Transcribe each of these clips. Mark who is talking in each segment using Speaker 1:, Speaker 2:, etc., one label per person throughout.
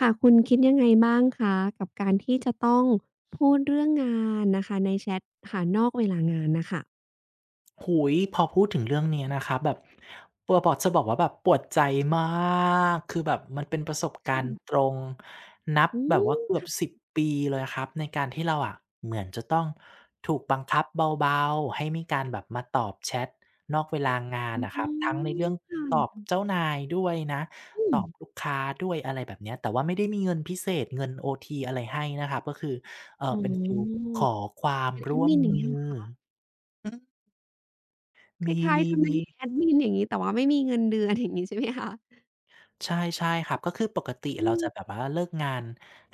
Speaker 1: ค่ะคุณคิดยังไงบ้างคะกับการที่จะต้องพูดเรื่องงานนะคะในแชทค่ะนอกเวลางานน่ะค่ะ
Speaker 2: หุ้พอพูดถึงเรื่องเนี้ยนะครับแบบตัวบอกจะบอกว่าแบบปวดใจมากคือแบบมันเป็นประสบ
Speaker 1: ค
Speaker 2: การณ์ตร
Speaker 1: ่ะ
Speaker 2: งนับ
Speaker 1: อื
Speaker 2: แบบว่า
Speaker 1: ม
Speaker 2: เกือบ
Speaker 1: ค่ะ
Speaker 2: สิบปีเลยอะครับในการที่เราอะเหมือนจะต้องถูกบังคับเบาๆให้มีการแบบมาตอบแชตนอกเวลางาน
Speaker 1: อ๋
Speaker 2: นะครับ
Speaker 1: อ
Speaker 2: ทั้งในเรื่อง
Speaker 1: ค
Speaker 2: ตอบ
Speaker 1: ่ะ
Speaker 2: เจ้านายด้วยนะ
Speaker 1: อื
Speaker 2: ต
Speaker 1: ม
Speaker 2: อบลูกค้าด้วยอะไรแบบเนี้ยแต่ว่าไม่ได้มีเงินพิเศษเงินโอทีอะไรให้นะครับก็คือ
Speaker 1: อ๋
Speaker 2: เป็นฟีล
Speaker 1: อ
Speaker 2: ขอความ
Speaker 1: เป็นแอด
Speaker 2: ร่วม
Speaker 1: มินอย่า
Speaker 2: มื
Speaker 1: งเงี้ยเหร
Speaker 2: อ
Speaker 1: อคะ
Speaker 2: อืม
Speaker 1: ค
Speaker 2: มี
Speaker 1: ล้าย
Speaker 2: มี
Speaker 1: ๆทำหน้า
Speaker 2: มี
Speaker 1: ที่แอดมินอย่างงี้แต่ว่าไม่มีเงินเดือนอย่างงี้ใช่ไหมคะ
Speaker 2: ใช่ใช่ครับก็คือปกติ
Speaker 1: อื
Speaker 2: เรา
Speaker 1: ม
Speaker 2: จะแบบว่าเลิกงาน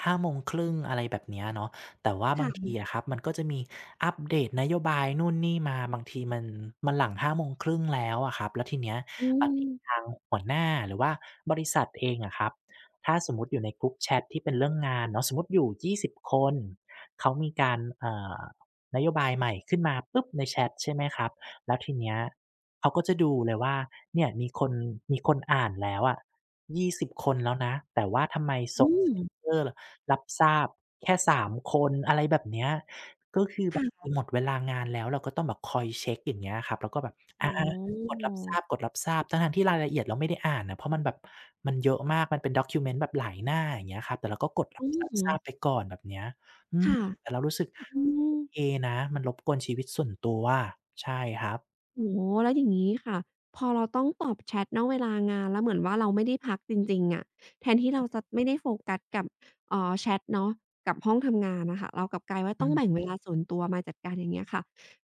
Speaker 2: ห้าโมงครึ่งอะไรแบบเนี้ยเนาะแต่ว่าบางที
Speaker 1: ค่ะ
Speaker 2: อะครับมันก็จะมีอัปเดตนโยบายนู่นนี่มาบางทีมันหลังห้าโมงครึ่งแล้วอะครับแล้วทีเนี้ย
Speaker 1: อื
Speaker 2: บางทีทา
Speaker 1: ม
Speaker 2: งหัวหน้าหรือว่าบริษัทเองอะครับถ้าสมมุติอยู่ใน Group Chat ที่เป็นเรื่องงานเนาะสมมุติอยู่20คนเขามีการนโยบายใหม่ขึ้นมาปุ๊บในแชตใช่ไหมครับแล้วทีเนี้ย เขาก็จะดูเลยว่าเนี่ยมีคนอ่านแล้วอะ20คนแล้วนะแต่ว่าทำไม
Speaker 1: อื
Speaker 2: ส่งส
Speaker 1: ม
Speaker 2: ติกเกอร์รับทราบแค่สามคนอะไรแบบเนี้ยก็คือ
Speaker 1: ค่
Speaker 2: บางที
Speaker 1: ะ
Speaker 2: หมดเวลางานแล้วเราก็ต้องแบบคอยเช็กอย่างเงี้ยครับแล้วก็แบบ
Speaker 1: อ๋
Speaker 2: อากด
Speaker 1: อ
Speaker 2: รับทราบกดรับทราบทั้งๆที่รายละเอียดเราไม่ได้อ่านนะเพราะมันแบบมันเยอะมากมันเป็นด็อกิวเมนต์แบบหลายหน้าอย่างเงี้ยครับแต่เราก็กดรับ
Speaker 1: อื
Speaker 2: ทราบ
Speaker 1: ม
Speaker 2: ทราบไปก่อนแบบเนี้ยอืม
Speaker 1: ค่ะ
Speaker 2: แต่เรารู้สึก
Speaker 1: อื
Speaker 2: โอ
Speaker 1: ม
Speaker 2: เคนะมันรบกวนชีวิตส่วนตัวใช่ครับ
Speaker 1: โอ้โฮแล้วอย่างงี้ค่ะ พอเราต้องตอบแชตณเวลางานแล้วเหมือนว่าเราไม่ได้พักจริงๆอะแทนที่เราจะไม่ได้โฟกัสกับแชตเนาะกับห้องทำงานน่ะค่ะเรากลับกลายว่า
Speaker 2: อื
Speaker 1: ต้องแบ่ง
Speaker 2: ม
Speaker 1: เวลาส่วนตัวมาจัดการอย่างเงี้ยค่ะ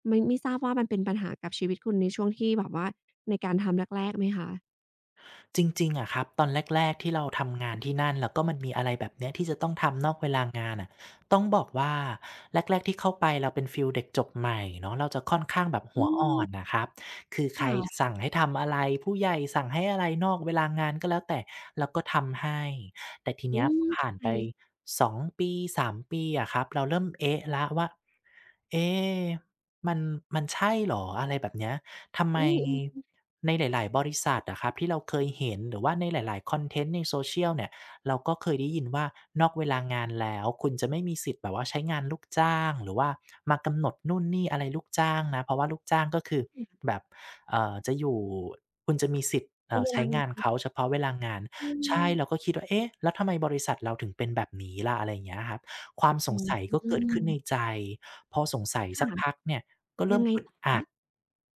Speaker 1: ไม่ทราบว่ามันเป็นปัญหากับชีวิตคุณในช่วงที่แบบว่าในการทำแรกๆไหมคะ
Speaker 2: จริงๆอะครับตอนแรกๆ ที่เราทำงานที่นั่นแล้วก็มันมีอะไรแบบเนี้ยที่จะต้องทำนอกเวลางานน่ะต้องบอกว่าแรกๆที่เข้าไปเราเป็นฟีลเด็กจบใหม่เนาะเราจะค่อนข้างแบบหั
Speaker 1: อื
Speaker 2: วอ่
Speaker 1: ม
Speaker 2: อนน่ะครับคือใคร
Speaker 1: ค่ะ
Speaker 2: สั่งให้ทำอะไรผู้ใหญ่สั่งให้อะไรนอกเวลางานก็แล้วแต่เราก็ทำให้แต่ที
Speaker 1: อื
Speaker 2: เนี้ยพ
Speaker 1: ม
Speaker 2: อผ่า
Speaker 1: เข้า
Speaker 2: น
Speaker 1: ใจ
Speaker 2: ไป
Speaker 1: เลย
Speaker 2: 2ปีสามปีอะครับเราเริ่มเอ๊ะแล้วว่าเอ๊มันใช่เหรออะไรแบบเนี้ย ทำไม
Speaker 1: อืมๆ
Speaker 2: ในหลายๆบริษัทอะครับที่เราเคยเห็นหรือว่าในหลายๆคอนเทนต์ใน social เนี่ยเราก็เคยได้ยินว่านอกเวลางานแล้วคุณจะไม่มีสิทธิ์แบบว่าใช้งานลูกจ้างหรือว่ามากำหนดนู่นนี่อะไรลูกจ้างนะเพราะว่าลูกจ้างก็คือ
Speaker 1: ค่ะ
Speaker 2: แบบจะอยู่คุณจะมีสิทธิ์
Speaker 1: ในเว
Speaker 2: ใช้
Speaker 1: ลางา
Speaker 2: งาน
Speaker 1: น
Speaker 2: เขาเฉพาะเวลางาน
Speaker 1: อื
Speaker 2: ใช่เราก็
Speaker 1: ม
Speaker 2: คิดว่าเอ๊ะแล้วทำไมบริษัทเราถึงเป็นแบบนี้ล่ะอะไรอย่างเงี้ยครับความส
Speaker 1: อื
Speaker 2: งสัยก็เกิดขึ้นใน
Speaker 1: ม
Speaker 2: ใจพอสงสัยสั
Speaker 1: ค่ะ
Speaker 2: กพักเนี่ยก็เริ่
Speaker 1: ยั
Speaker 2: ม
Speaker 1: งไง
Speaker 2: อึด
Speaker 1: ต่อ
Speaker 2: อั
Speaker 1: คะ
Speaker 2: ด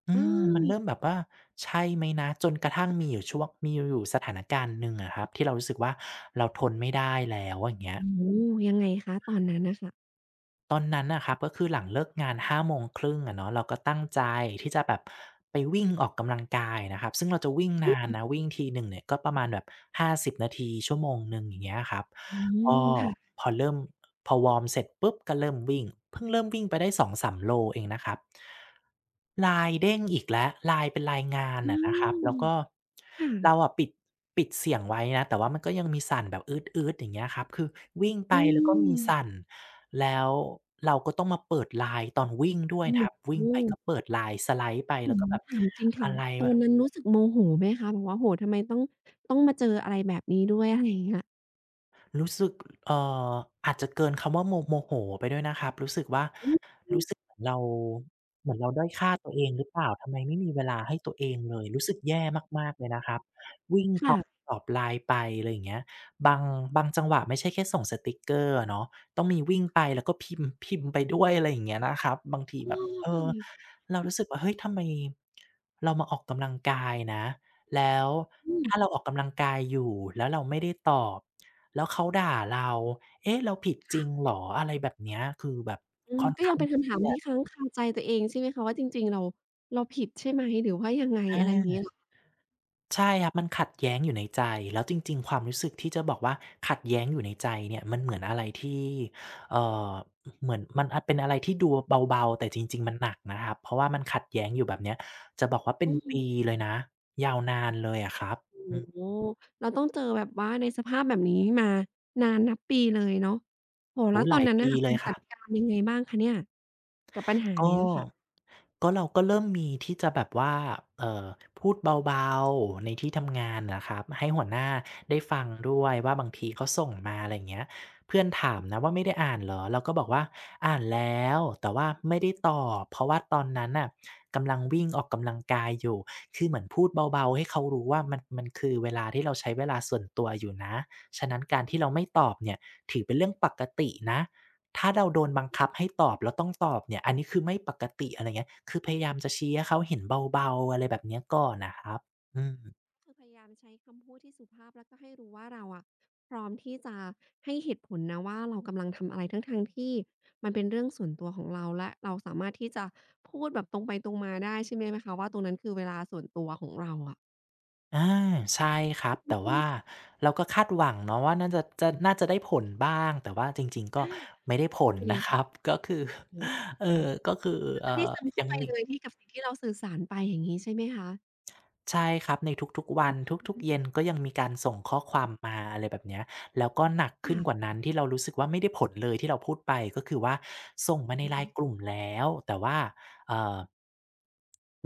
Speaker 2: อื
Speaker 1: อ
Speaker 2: มมันเริ่ม
Speaker 1: า
Speaker 2: แบบว่าใช่ไหมนะจนกระทั่งมีอยู่ช่วงมีอยู่สถานการณ์หนึ่งอะครับที่เรารู้สึกว่าเราทนไม่ได้แล้วอย่างเงี้ย
Speaker 1: โอ้โฮยังไงคะตอนนั้นน่ะค่ะ
Speaker 2: ตอนนั้นน่ะครับก็คือหลังเลิกงานห้าโมงครึ่งอะเนาะเราก็ตั้งใจที่จะแบบไปวิ่งออกกำลังกายนะครับซึ่งเราจะวิ่งนานนะวิ่งทีหนึ่งเนี่ยก็ประมาณแบบ50นาทีชั่วโมงหนึ่งอย่างเงี้ยครับ ก็
Speaker 1: ค่ะ
Speaker 2: พอเริ่มพอวอร์มเสร็จปุ๊บก็เริ่มวิ่งเพิ่งเริ่มวิ่งไปได้สองสามโลเองนะครับ l i n เด้งอีกแล้ว LINE เป็น LINE งาน
Speaker 1: อื
Speaker 2: อะนะครับ
Speaker 1: ม
Speaker 2: แล้วก็เรา
Speaker 1: ค่ะ
Speaker 2: อะปิดเสียงไว้นะแต่ว่ามันก็ยังมีสั่นแบบอย่างเงี้ยครับคือวิ่งไป
Speaker 1: อื
Speaker 2: แล้วก็มี
Speaker 1: ม
Speaker 2: สั่นแล้วเราก็ต้องมาเปิดไลายตอนวิ่งด้วย
Speaker 1: โอ้
Speaker 2: นะครับ
Speaker 1: โฮ
Speaker 2: วิ่งไปก็เปิด l i n สไลด์ไป
Speaker 1: ื
Speaker 2: แล้ว
Speaker 1: ม
Speaker 2: ก็แบบ
Speaker 1: ถามจริง
Speaker 2: อะ
Speaker 1: ค่ะ
Speaker 2: ไร
Speaker 1: ตอ
Speaker 2: วะ
Speaker 1: นนั้นรู้สึกโมโหไหมคะแบบว่าโอ้โฮทำไมต้องมาเจออะไรแบบนี้ด้วยอะไรอย่างเงี้ย
Speaker 2: รู้สึกเอ่ออาจจะเกินคำว่าโมโมโหไปด้วยนะครับรู้สึกว่า
Speaker 1: อืม
Speaker 2: รู้สึกเหมือนเราด้อยค่าตัวเองหรือเปล่า ทำไมไม่มีเวลาให้ตัวเองเลย รู้สึกแย่มากๆเลยนะครับ วิ่งต
Speaker 1: ค่ะ
Speaker 2: อบLINE ไปอะไรอย่างเงี้ยบางจังหวะไม่ใช่แค่ส่งสติกเกอร์อะเนาะต้องมีวิ่งไปแล้วก็พิมพ์ พิมพ์ไปด้วยอะไรอย่างเงี้ยนะครับบางทีแบ
Speaker 1: อ้อ
Speaker 2: บเออ
Speaker 1: ค่ะ
Speaker 2: เรารู้สึกว่าเฮ้ยทำไมเรามาออกกำลังกายนะ แล้ว
Speaker 1: อืม
Speaker 2: ถ้าเราออกกำลังกายอยู่แล้วเราไม่ได้ตอบแล้วเขาด่าเราเอ๊ะเราผิดจริ
Speaker 1: ค่ะ
Speaker 2: งเหรออะไรแบบเนี้ยคือแบบค่อน
Speaker 1: ก็ยั
Speaker 2: ข้า
Speaker 1: ง
Speaker 2: ง
Speaker 1: เป็น
Speaker 2: เค
Speaker 1: คำถา
Speaker 2: รี
Speaker 1: ม
Speaker 2: ย
Speaker 1: ที่
Speaker 2: ด
Speaker 1: ค้างคาใจตัวเองใช่ไหมคะว่าจริงๆเราผิดใช่ไหมหรือว่ายังไงอะไรอย่างงี้
Speaker 2: อา
Speaker 1: เหรอ
Speaker 2: ใช่ครับมันขัดแย้งอยู่ในใจแล้วจริงๆความรู้สึกที่จะบอกว่าขัดแย้งอยู่ในใจเนี่ยมันเหมือนอะไรที่เอ่อเหมือนมันอาเป็นอะไรที่ดูเบาๆแต่จริงๆมันหนักนะครับเพราะว่ามันขัดแย้งอยู่แบบเนี้ยจะบอกว่าเป็น
Speaker 1: อืม
Speaker 2: ปีเลยนะยาวนานเลยอะครับอื
Speaker 1: โอ้
Speaker 2: ม
Speaker 1: โฮเราต้องเจอแบบว่าในสภาพแบบนี้มานานนับปีเลยเนาะโอ้โฮแล้
Speaker 2: โอ้โฮ
Speaker 1: วต
Speaker 2: ห
Speaker 1: อ
Speaker 2: ลา
Speaker 1: น
Speaker 2: ย
Speaker 1: นั้น
Speaker 2: ปี
Speaker 1: น่ะค่ะ
Speaker 2: เล
Speaker 1: คุ
Speaker 2: ย
Speaker 1: ณ
Speaker 2: ค
Speaker 1: จั
Speaker 2: รั
Speaker 1: ด
Speaker 2: บ
Speaker 1: การยังไงบ้างคะเนี่ยกับปัญหา
Speaker 2: ก็
Speaker 1: เนี้ยค่ะ
Speaker 2: ก็เราก็เริ่มมีที่จะแบบว่าเอ่อพูดเบาๆในที่ทำงานน่ะครับให้หัวหน้าได้ฟังด้วยว่าบางทีเขาส่งมาอะไรอย่างเงี้ยเพื่อนถามนะว่าไม่ได้อ่านเหรอเราก็บอกว่าอ่านแล้วแต่ว่าไม่ได้ตอบเพราะว่าตอนนั้นน่ะกำลังวิ่งออกกำลังกายอยู่คือเหมือนพูดเบาๆให้เขารู้ว่ามันคือเวลาที่เราใช้เวลาส่วนตัวอยู่นะฉะนั้นการที่เราไม่ตอบเนี่ยถือเป็นเรื่องปกตินะ ถ้าเราโดนบังคับให้ตอบแล้วต้องตอบเนี่ยอันนี้คือไม่ปกติอะไรเงี้ยคือพยายามจะชี้ให้เขาเห็นเบาๆอะไรแบบเนี้ยก่อนน่ะครับอืม
Speaker 1: คือพยายามใช้คำพูดที่สุภาพแล้วก็ให้รู้ว่าเราอะพร้อมที่จะให้เหตุผลนะว่าเรากำลังทำอะไรทั้งๆที่มันเป็นเรื่องส่วนตัวของเราและเราสามารถที่จะพูดแบบตรงไปตรงมาได้ใช่ไหมคะว่าตรงนั้นคือเวลาส่วนตัวของเราอะ
Speaker 2: อาใช่ครับ แต่ว่าเราก็คาดหวังเนาะว่าน่าจะน่าจะได้ผลบ้าง แต่ว่าจริงๆก็ไม่ได้ผล
Speaker 1: เป็นไง
Speaker 2: นะครั
Speaker 1: คะ
Speaker 2: บ ก็คือ
Speaker 1: โอ้โฮ
Speaker 2: ก็คือ
Speaker 1: คือ
Speaker 2: เอ่อ
Speaker 1: ไม่ได้ซึม
Speaker 2: ยั
Speaker 1: เข้า
Speaker 2: ง
Speaker 1: ไป
Speaker 2: มี
Speaker 1: เลยที่กับสิ่งที่เราสื่อสารไปอย่างงี้ใช่ไหมคะ
Speaker 2: ใช่ครับในทุกๆวัน
Speaker 1: อือ
Speaker 2: ทุก
Speaker 1: ฮึ
Speaker 2: ๆเย็นก็ยังมีการส่งข้อความมาอะไรแบบเนี้ยแล้วก็หนักขึ้นกว่า
Speaker 1: ค่ะ
Speaker 2: นั้นที่เรารู้สึกว่าไม่ได้ผลเลยที่เราพูดไปก็คือว่าส่งมาใน
Speaker 1: ใช่คะ
Speaker 2: LINE กลุ่มแล้วแต่ว่าเอ่อ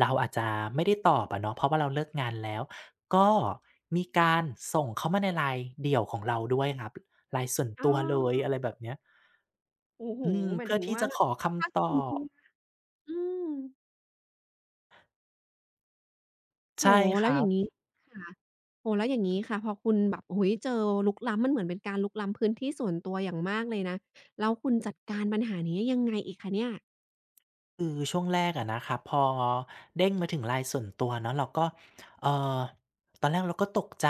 Speaker 2: เราอาจจะไม่ได้ตอบอะเนาะเพราะว่าเราเลิกงานแล้วก็มีการส่งเข้ามาใน LINE เดี่ยวของเราด้วยครับ LINE ส่วน
Speaker 1: อ๋
Speaker 2: ตัวเลย
Speaker 1: อ
Speaker 2: อะไรแบบเนี้ย
Speaker 1: โอ้โฮ
Speaker 2: อืม
Speaker 1: หมาย
Speaker 2: เพื่อ
Speaker 1: ถึง
Speaker 2: ที่
Speaker 1: ว่า
Speaker 2: จะขอ
Speaker 1: ถ้า
Speaker 2: คำต
Speaker 1: ส่ว
Speaker 2: อ
Speaker 1: นตั
Speaker 2: บ
Speaker 1: วอืม
Speaker 2: ใช่
Speaker 1: โอ้โฮ
Speaker 2: ค
Speaker 1: แล้ว
Speaker 2: รั
Speaker 1: อย่างงี้
Speaker 2: บ
Speaker 1: ค่ะโอ้โฮแล้วอย่างงี้ค่ะพอคุณแบบโอ้โฮเจอรุกล้ำมันเหมือนเป็นการรุกล้ำพื้นที่ส่วนตัวอย่างมากเลยนะแล้วคุณจัดการปัญหานี้ยังไงอีกคะเนี่ย
Speaker 2: คือช่วงแรกอะนะครับพอเด้งมาถึง LINE ส่วนตัวเนาะเราก็เอ่อตอนแรกเราก็ตกใจ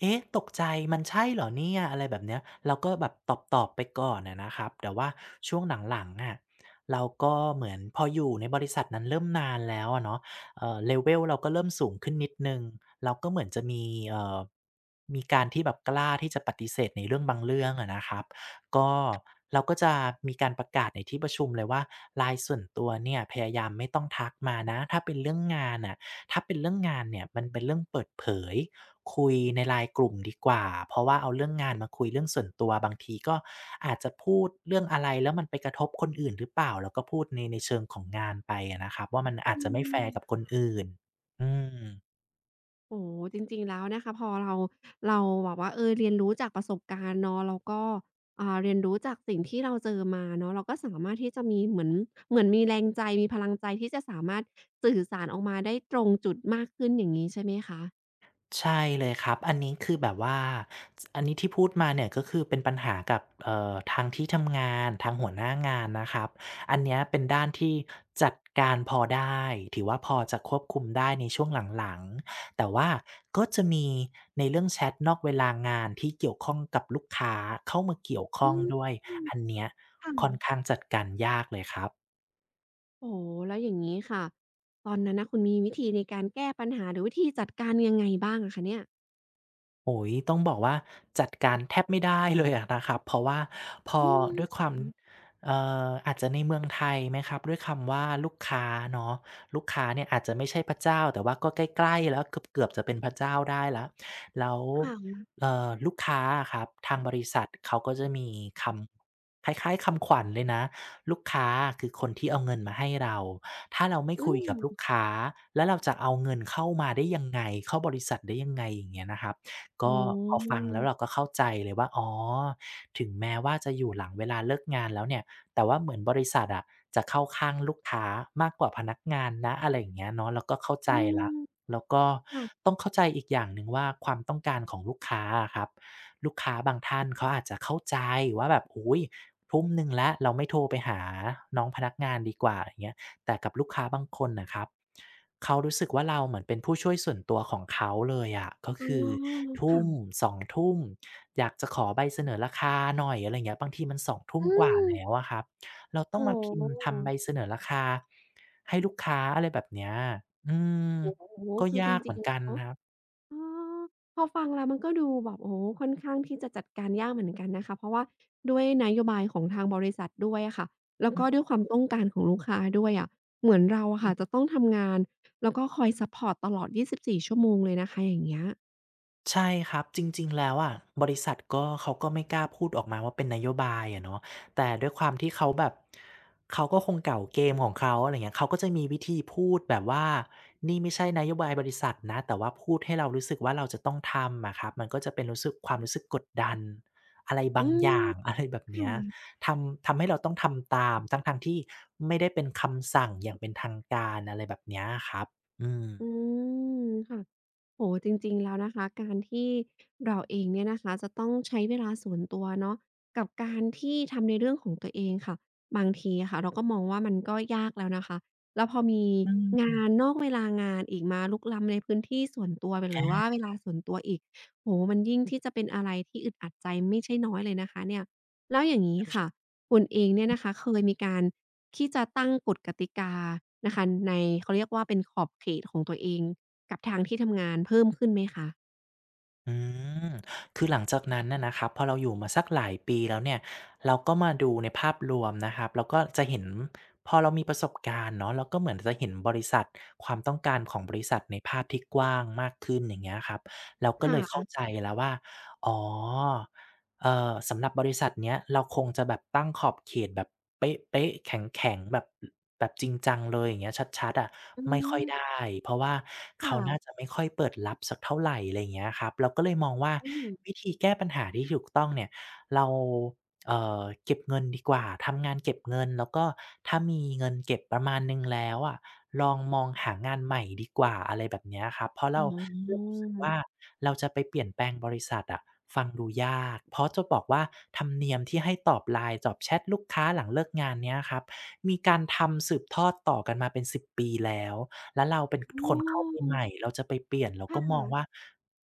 Speaker 2: เอ๊ะตกใจมันใช่เหรอเนี่ยอะไรแบบเนี้ยเราก็แบบตอบๆไปก่อนอะนะครับแต่ว่าช่วงหลังๆอะเราก็เหมือนพออยู่ในบริษัทนั้นเริ่มนานแล้วอะเนาะlevel เราก็เริ่มสูงขึ้นนิดหนึ่งเราก็เหมือนจะมีเอ่อมีการที่แบบกล้าที่จะปฏิเสธในเรื่องบางเรื่องอะนะครับ ก็เราก็จะมีการประกาศในที่ประชุมเลยว่าไลน์ส่วนตัวเนี่ยพยายามไม่ต้องทักมานะถ้าเป็นเรื่องงานอ่ะถ้าเป็นเรื่องงานเนี่ยมันเป็นเรื่องเปิดเผยคุยในไลายกลุ่มดีกว่าเพราะว่าเอาเรื่องงานมาคุยเรื่องส่วนตัวบางทีก็อาจจะพูดเรื่องอะไรแล้วมันไปกระทบคนอื่นหรือเปล่าแล้วก็พูดในเชิงของงานไปอะนะครับว่ามันอาจ
Speaker 1: อื
Speaker 2: จะไม่แฟร์กับค
Speaker 1: ม
Speaker 2: นอื่นอืม
Speaker 1: โอ้โฮจริงๆแล้วนะคะพอเราแบบว่าเออเรียนรู้จากประสบการณ์เนาะแล้วก็อ่าเรียนรู้จากสิ่งที่เราเจอมาเนาะเราก็สามารถที่จะมีเหมือนมีแรงใจมีพลังใจที่จะสามารถสื่อสารออกมาได้ตรงจุดมากขึ้นอย่างงี้ใช่ไหมคะ
Speaker 2: ใช่เลยครับ อันนี้คือแบบว่า อันนี้ที่พูดมาเนี่ยก็คือเป็นปัญหากับทางที่ทำงานทางหัวหน้างานนะครับอันเนี้ยเป็นด้านที่จัดการพอได้ถือว่าพอจะควบคุมได้ในช่วงหลังๆแต่ว่าก็จะมีในเรื่องแชตนอกเวลางานที่เกี่ยวข้องกับลูกค้าเข้ามาเกี่ยวข้
Speaker 1: อื
Speaker 2: อง
Speaker 1: ม
Speaker 2: ด้วย อันเนี้ย
Speaker 1: ค่ะ
Speaker 2: ค่อนข้างจัดการยากเลยครับ
Speaker 1: โอ้โฮแล้วอย่างงี้ค่ะตอนนั้นน่ะคุณมีวิธีในการแก้ปัญหาหรือวิธีจัดการยังไงบ้างอะคะเนี่ย
Speaker 2: โอ้ยต้องบอกว่าจัดการแทบไม่ได้เลยอะนะครับเพราะว่าพอ
Speaker 1: อืม
Speaker 2: ด้วยความ
Speaker 1: อืม
Speaker 2: เอ่อาจจะในเมืองไทยไหมครับด้วยคำว่าลูกค้าเนาะลูกค้าเนี่ยอาจจะไม่ใช่พระเจ้าแต่ว่าก็ใกล้ๆแล้วเกือบๆจะเป็นพระเจ้าได้แล้วแล้ว
Speaker 1: ค่ะ
Speaker 2: ลูกค้าอะครับทางบริษัทเขาก็จะมีคำคล้ายๆคำขวัญเลยนะลูกค้าคือคนที่เอาเงินมาให้เราถ้าเราไม่
Speaker 1: อื
Speaker 2: คุยกับลู
Speaker 1: ม
Speaker 2: กค้าแล้วเราจะเอาเงินเข้ามาได้ยังไงเข้าบริษัทได้ยังไงอย่างเงี้ยนะครับ ก็
Speaker 1: อ๋
Speaker 2: พอฟัง
Speaker 1: อ
Speaker 2: แล้วเราก็เข้าใจเลยว่าอ๋อถึงแม้ว่าจะอยู่หลังเวลาเลิกงานแล้วเนี่ยแต่ว่าเหมือนบริษัทอะจะเข้าข้างลูกค้ามากกว่าพนักงานนะอะไรอย่างเงี้ยเนาะเราก็เข้าใจ
Speaker 1: อื
Speaker 2: แล้ว
Speaker 1: ม
Speaker 2: แล้วก็
Speaker 1: ค่ะ
Speaker 2: ต้องเข้าใจอีกอย่างหนึ่งว่าความต้องการของลูกค้าอะครับลูกค้าบางท่านเขาอาจจะเข้าใจว่าแบบอุ๊ยทุ่มหนึ่งแล้วเราไม่โทรไปหาน้องพนักงานดีกว่าอย่างเงี้ย แต่กับลูกค้าบางคนนะครับเขารู้สึกว่าเราเหมือนเป็นผู้ช่วยส่วนตัวของเขาเลยอะก็
Speaker 1: อ๋อ
Speaker 2: คือทุ่
Speaker 1: ค่ะ
Speaker 2: มสองทุ่มอยากจะขอใบเสนอราคาหน่อยอะไรเงี้ยบางทีมันสองทุ่ม
Speaker 1: อื
Speaker 2: กว่า
Speaker 1: ม
Speaker 2: แล้วอะครับเราต้อง
Speaker 1: โอ้
Speaker 2: มาพิ
Speaker 1: โ
Speaker 2: มพ์ทำใบ
Speaker 1: ฮ
Speaker 2: เสนอราคาให้ลูกค้าอะไรแบบเนี้ยอืม
Speaker 1: โอ้โฮ
Speaker 2: ก็
Speaker 1: คือจ
Speaker 2: ยากเห
Speaker 1: ริ
Speaker 2: มื
Speaker 1: ง
Speaker 2: อน
Speaker 1: ๆ
Speaker 2: กัน
Speaker 1: แล้ว
Speaker 2: ครับ
Speaker 1: อ๋อพอฟังแล้วมันก็ดูแบบโอ้โฮค่อนข้างที่จะจัดการยากเหมือนกันนะคะเพราะว่าด้วยนโยบายของทางบริษัทด้วยอะค่ะแล้ว
Speaker 2: อื
Speaker 1: ก็
Speaker 2: ม
Speaker 1: ด้วยความต้องการของลูกค้าด้วยอะเหมือนเราอะค่ะจะต้องทำงานแล้วก็คอยซัปพอร์ตตลอด 24 ชั่วโมงเลยนะคะอย่างเงี้ย
Speaker 2: ใช่ครับจริงๆแล้วอะบริษัทก็เขาก็ไม่กล้าพูดออกมาว่าเป็นนโยบายอะเนาะแต่ด้วยความที่เขาแบบเขาก็คงเก่าเกมของเขาอะไรอย่างเงี้ยเขาก็จะมีวิธีพูดแบบว่านี่ไม่ใช่นโยบายบริษัทนะแต่ว่าพูดให้เรารู้สึกว่าเราจะต้องทำอะครับมันก็จะเป็นรู้สึกความรู้สึกกดดันอะไร
Speaker 1: อื
Speaker 2: บางอ
Speaker 1: ม
Speaker 2: ย่าง อะไรแบบ
Speaker 1: ค
Speaker 2: เนี้ย
Speaker 1: ่ะ
Speaker 2: ทำให้เราต้องทำตามทั้งๆที่ไม่ได้เป็นคำสั่งอย่างเป็นทางการอะไรแบบเนี้ยอะครับอืม
Speaker 1: อืมค่ะโอ้โฮจริงๆแล้วนะคะการที่เราเองเนี่ยนะคะจะต้องใช้เวลาส่วนตัวเนาะกับการที่ทำในเรื่องของตัวเองค่ะบางทีอะค่ะเราก็มองว่ามันก็ยากแล้วนะคะแล้วพอมี
Speaker 2: อืม
Speaker 1: งานนอกเวลางานอีกมารุกล้ำในพื้นที่ส่วนตัวหรือ
Speaker 2: อา
Speaker 1: ว่าเวลาส่วนตัวอีกโอ้โฮมันยิ่งที่จะเป็นอะไรที่อึดอัดใจไม่ใช่น้อยเลยนะคะเนี่ยแล้วอย่างงี้ค่ะคุณเองเนี่ยนะคะเคยมีการ ที่จะตั้งกฎกติกานะคะในเขาเรียกว่าเป็นขอบเขตของตัวเองกับทางที่ทำงานเพิ่มขึ้นไหมคะ
Speaker 2: อืมคือหลังจากนั้นน่ะนะครับพอเราอยู่มาสักหลายปีแล้วเนี่ยเราก็มาดูในภาพรวมนะครับเราก็จะเห็นพอเรามีประสบการณ์เนาะเราก็เหมือนจะเห็นบริษัทความต้องการของบริษัทในภาพที่กว้างมากขึ้นอย่างเงี้ยครับเราก็
Speaker 1: ค่
Speaker 2: เลยเข้าใจ
Speaker 1: ะ
Speaker 2: แล้วว่าอ๋อ สำหรับบริษัทเนี้ยเราคงจะแบบตั้งขอบเขตแบบเป๊ะๆแข็งๆแบบจริงจังเลยอย่างเงี้ยชัดๆอะ
Speaker 1: อื
Speaker 2: ไม่ค่อยได้
Speaker 1: ม
Speaker 2: เพราะว่าเขา
Speaker 1: ค่ะ
Speaker 2: น่าจะไม่ค่อยเปิดรับสักเท่าไรไรเงี้ยครับเราก็เลยมองว่า
Speaker 1: อืม
Speaker 2: วิธีแก้ปัญหาที่ถูกต้องเนี่ยเราเก็บเงินดีกว่าทำงานเก็บเงินแล้วก็ถ้ามีเงินเก็บประมาณหนึ่งแล้วอะ ลองมองหางานใหม่ดีกว่าอะไรแบบเนี้ยครับเพราะเรา
Speaker 1: อ๋
Speaker 2: เริ่ม
Speaker 1: อ
Speaker 2: รู้สึกว่าเราจะไปเปลี่ยนแปลงบริษัทอะฟังดูยากเพราะจะบอกว่าธรรมเนียมที่ให้ตอบ LINE ตอบแชตลูกค้าหลังเลิกงานเนี้ยครับมีการทำสืบทอดต่อกันมาเป็น10ปีแล้วแล้วเราเป็นค
Speaker 1: อ๋
Speaker 2: นเข้าไป
Speaker 1: อ
Speaker 2: ใหม่เราจะไปเปลี่ยนเรา
Speaker 1: ค่
Speaker 2: ก็มองว่า
Speaker 1: ะ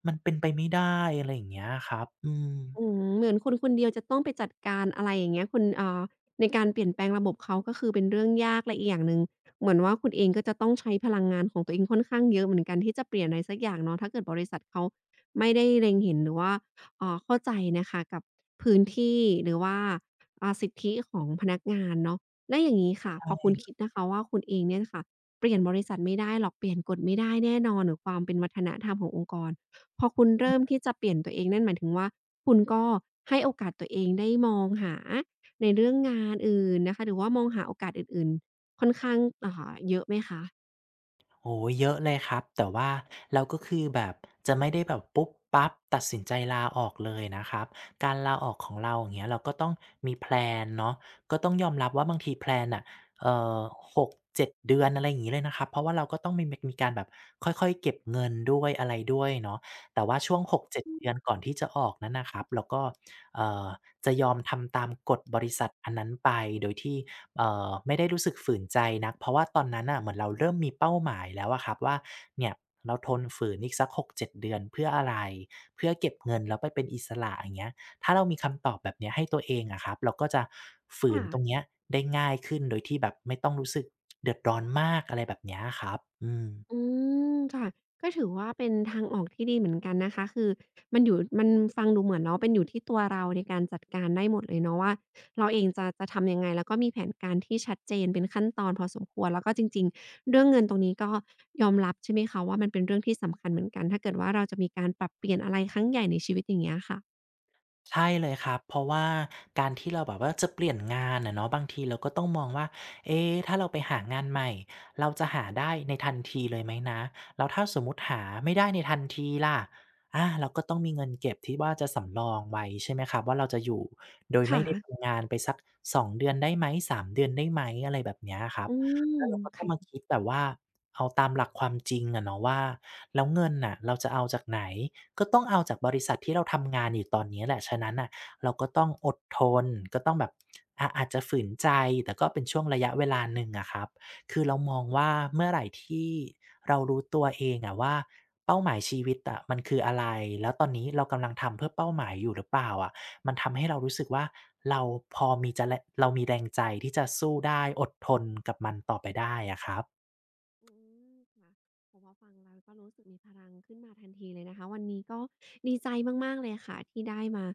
Speaker 2: มันเป็นไปไม่ได้อะไรอย่างเงี้ยครับอืม
Speaker 1: อืมเหมือนคุณคนเดียวจะต้องไปจัดการอะไรอย่างเงี้ยคุณอ่าในการเปลี่ยนแปลงระบบเขาก็คือเป็นเรื่องยากและอีกอย่างหนึ่งเหมือนว่าคุณเองก็จะต้องใช้พลังงานของตัวเองค่อนข้างเยอะเหมือนกันที่จะเปลี่ยนอะไรสักอย่างเนาะถ้าเกิดบริษัทเขาไม่ได้เล็งเห็นหรือว่าอ่าเข้าใจนะคะกับพื้นที่หรือว่าอ่าสิทธิของพนักงานเนาะแล้วอย่างงี้ค่ะพอ
Speaker 2: ใช่
Speaker 1: คุณคิดนะคะว่าคุณเองเนี่ยค่ะเปลี่ยนบริษัทไม่ได้หรอกเปลี่ยนกฎไม่ได้แน่นอนหรือความเป็นวัฒนธรรมขององค์กรพอคุณเริ่มที่จะเปลี่ยนตัวเองนั่นหมายถึงว่า คุณก็ให้โอกาสตัวเองได้มองหาในเรื่องงานอื่นนะคะหรือว่ามองหาโอกาสอื่นๆค่อนข้างอ่าเยอะไหมคะ
Speaker 2: โอ้โเยอะเลยครับแต่ว่าเราก็คือแบบจะไม่ได้แบบปุ๊บปั๊บตัดสินใจลาออกเลยนะครับการลาออกของเราอย่างเงี้ยเราก็ต้องมีแพลนเนาะก็ต้องยอมรับว่าบางทีแพลนอ่ะเอ่อ6-7เจ็ดเดือนอะไรอย่างงี้เลยนะครับเพราะว่าเราก็ต้องมีการแบบค่อยๆเก็บเงินด้วยอะไรด้วยเนาะแต่ว่าช่วง6-7เจ็ดเดือนก่อนที่จะออกนั้นนะครับเราก็เอ่อจะยอมทำตามกฎบริษัทอันนั้นไปโดยที่ ไม่ได้รู้สึกฝืนใจนักเพราะว่าตอนนั้นน่ะเหมือนเราเริ่มมีเป้าหมายแล้วอะครับว่าเนี่ยเราทนฝืนอีกสัก6-7เจ็ดเดือนเพื่ออะไรเพื่อเก็บเงินแล้วไปเป็นอิสระอย่างเงี้ยถ้าเรามีคำตอบแบบเนี้ยให้ตัวเองอะครับเราก็จะฝืน
Speaker 1: ค่ะ
Speaker 2: ตรงเนี้ยได้ง่ายขึ้นโดยที่แบบไม่ต้องรู้สึกเดือดร้อนมากอะไรแบบเนี้ยอะครับอืม
Speaker 1: อืค่ะก็ถือว่าเป็นทางออกที่ดีเหมือนกันนะคะคือมันอยู่มันฟังดูเหมือนเนาะเป็นอยู่ที่ตัวเราในการจัดการได้หมดเลยเนาะว่าเราเองจะจะทำยังไงแล้วก็มีแผนการที่ชัดเจนเป็นขั้นตอนพอสมควรแล้วก็จริงๆเรื่องเงินตรงนี้ก็ยอมรับใช่ไหมคะว่ามันเป็นเรื่องที่สำคัญเหมือนกันถ้าเกิดว่าเราจะมีการปรับเปลี่ยนอะไรครั้งใหญ่ในชีวิตอย่างเงี้ยค่ะ
Speaker 2: ใช่เลยครับเพราะว่าการที่เราแบบว่าจะเปลี่ยนงานอะเนาะบางทีเราก็ต้องมองว่าเอ๊ะถ้าเราไปหางานใหม่เราจะหาได้ในทันทีเลยไหมนะแล้วถ้าสมมติหาไม่ได้ในทันทีล่ะอาเราก็ต้องมีเงินเก็บที่ว่าจะสำรองไว้ใช่ไหมครับว่าเราจะอยู่โดย
Speaker 1: ค
Speaker 2: ไม่ได้
Speaker 1: ่ะ
Speaker 2: ทำงานไปสักสองเดือนได้ไหมสามเดือนได้ไหมอะไรแบบเนี้ยครับ
Speaker 1: อืม
Speaker 2: แล้วเราก็ต้องมา
Speaker 1: คะ
Speaker 2: คิดแบบว่าเอาตามหลักความจริงอะเนาะว่าแล้วเงินน่ะเราจะเอาจากไหนก็ต้องเอาจากบริษัทที่เราทำงานอยู่ตอนนี้แหละฉะนั้นน่ะเราก็ต้องอดทนก็ต้องแบบอาอาจจะฝืนใจแต่ก็เป็นช่วงระยะเวลาหนึ่งอะครับคือเรามองว่าเมื่อไหร่ที่เรารู้ตัวเองอะว่าเป้าหมายชีวิตอะมันคืออะไรแล้วตอนนี้เรากำลังทำเพื่อเป้าหมายอยู่หรือเปล่าอะ มันทำให้เรารู้สึกว่าเราพอมีจะแรเรามีแรงใจที่จะสู้ได้อดทนกับมันต่อไปได้อะครับ
Speaker 1: อืค่ะโอพอฟังแล้วก็รู้สึกมีพลังขึ้นมาทันทีเลยนะคะวันนี้ก็ดีใจมากๆเลยค่ะที่ได้มา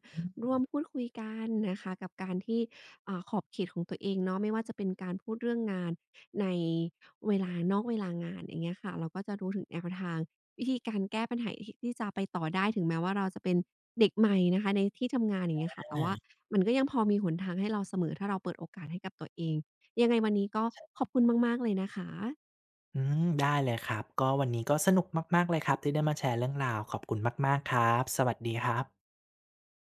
Speaker 1: ร่วมพูดคุยกันนะคะกับการที่อ่าขอบเขตของตัวเองเนาะไม่ว่าจะเป็นการพูดเรื่องงานในเวลานอกเวลางานอย่างเงี้ยค่ะเราก็จะรู้ถึงแนวทางวิธีการแก้ปัญหาที่จะไปต่อได้ถึงแม้ว่าเราจะเป็นเด็กใหม่นะคะในที่ทำงานอย่างเงี้ยค่ะแต่ว่า
Speaker 2: อา
Speaker 1: มันก็ยังพอมีหนทางให้เราเสมอถ้าเราเปิดโอกาสให้กับตัวเองยังไงวันนี้ก็ขอบคุณมากๆเลยนะคะ
Speaker 2: อืมได้เลยครับก็วันนี้ก็สนุกมากๆเลยครับที่ได้มาแชร์เรื่องราวขอบคุณมากๆครับสวัสดีครับ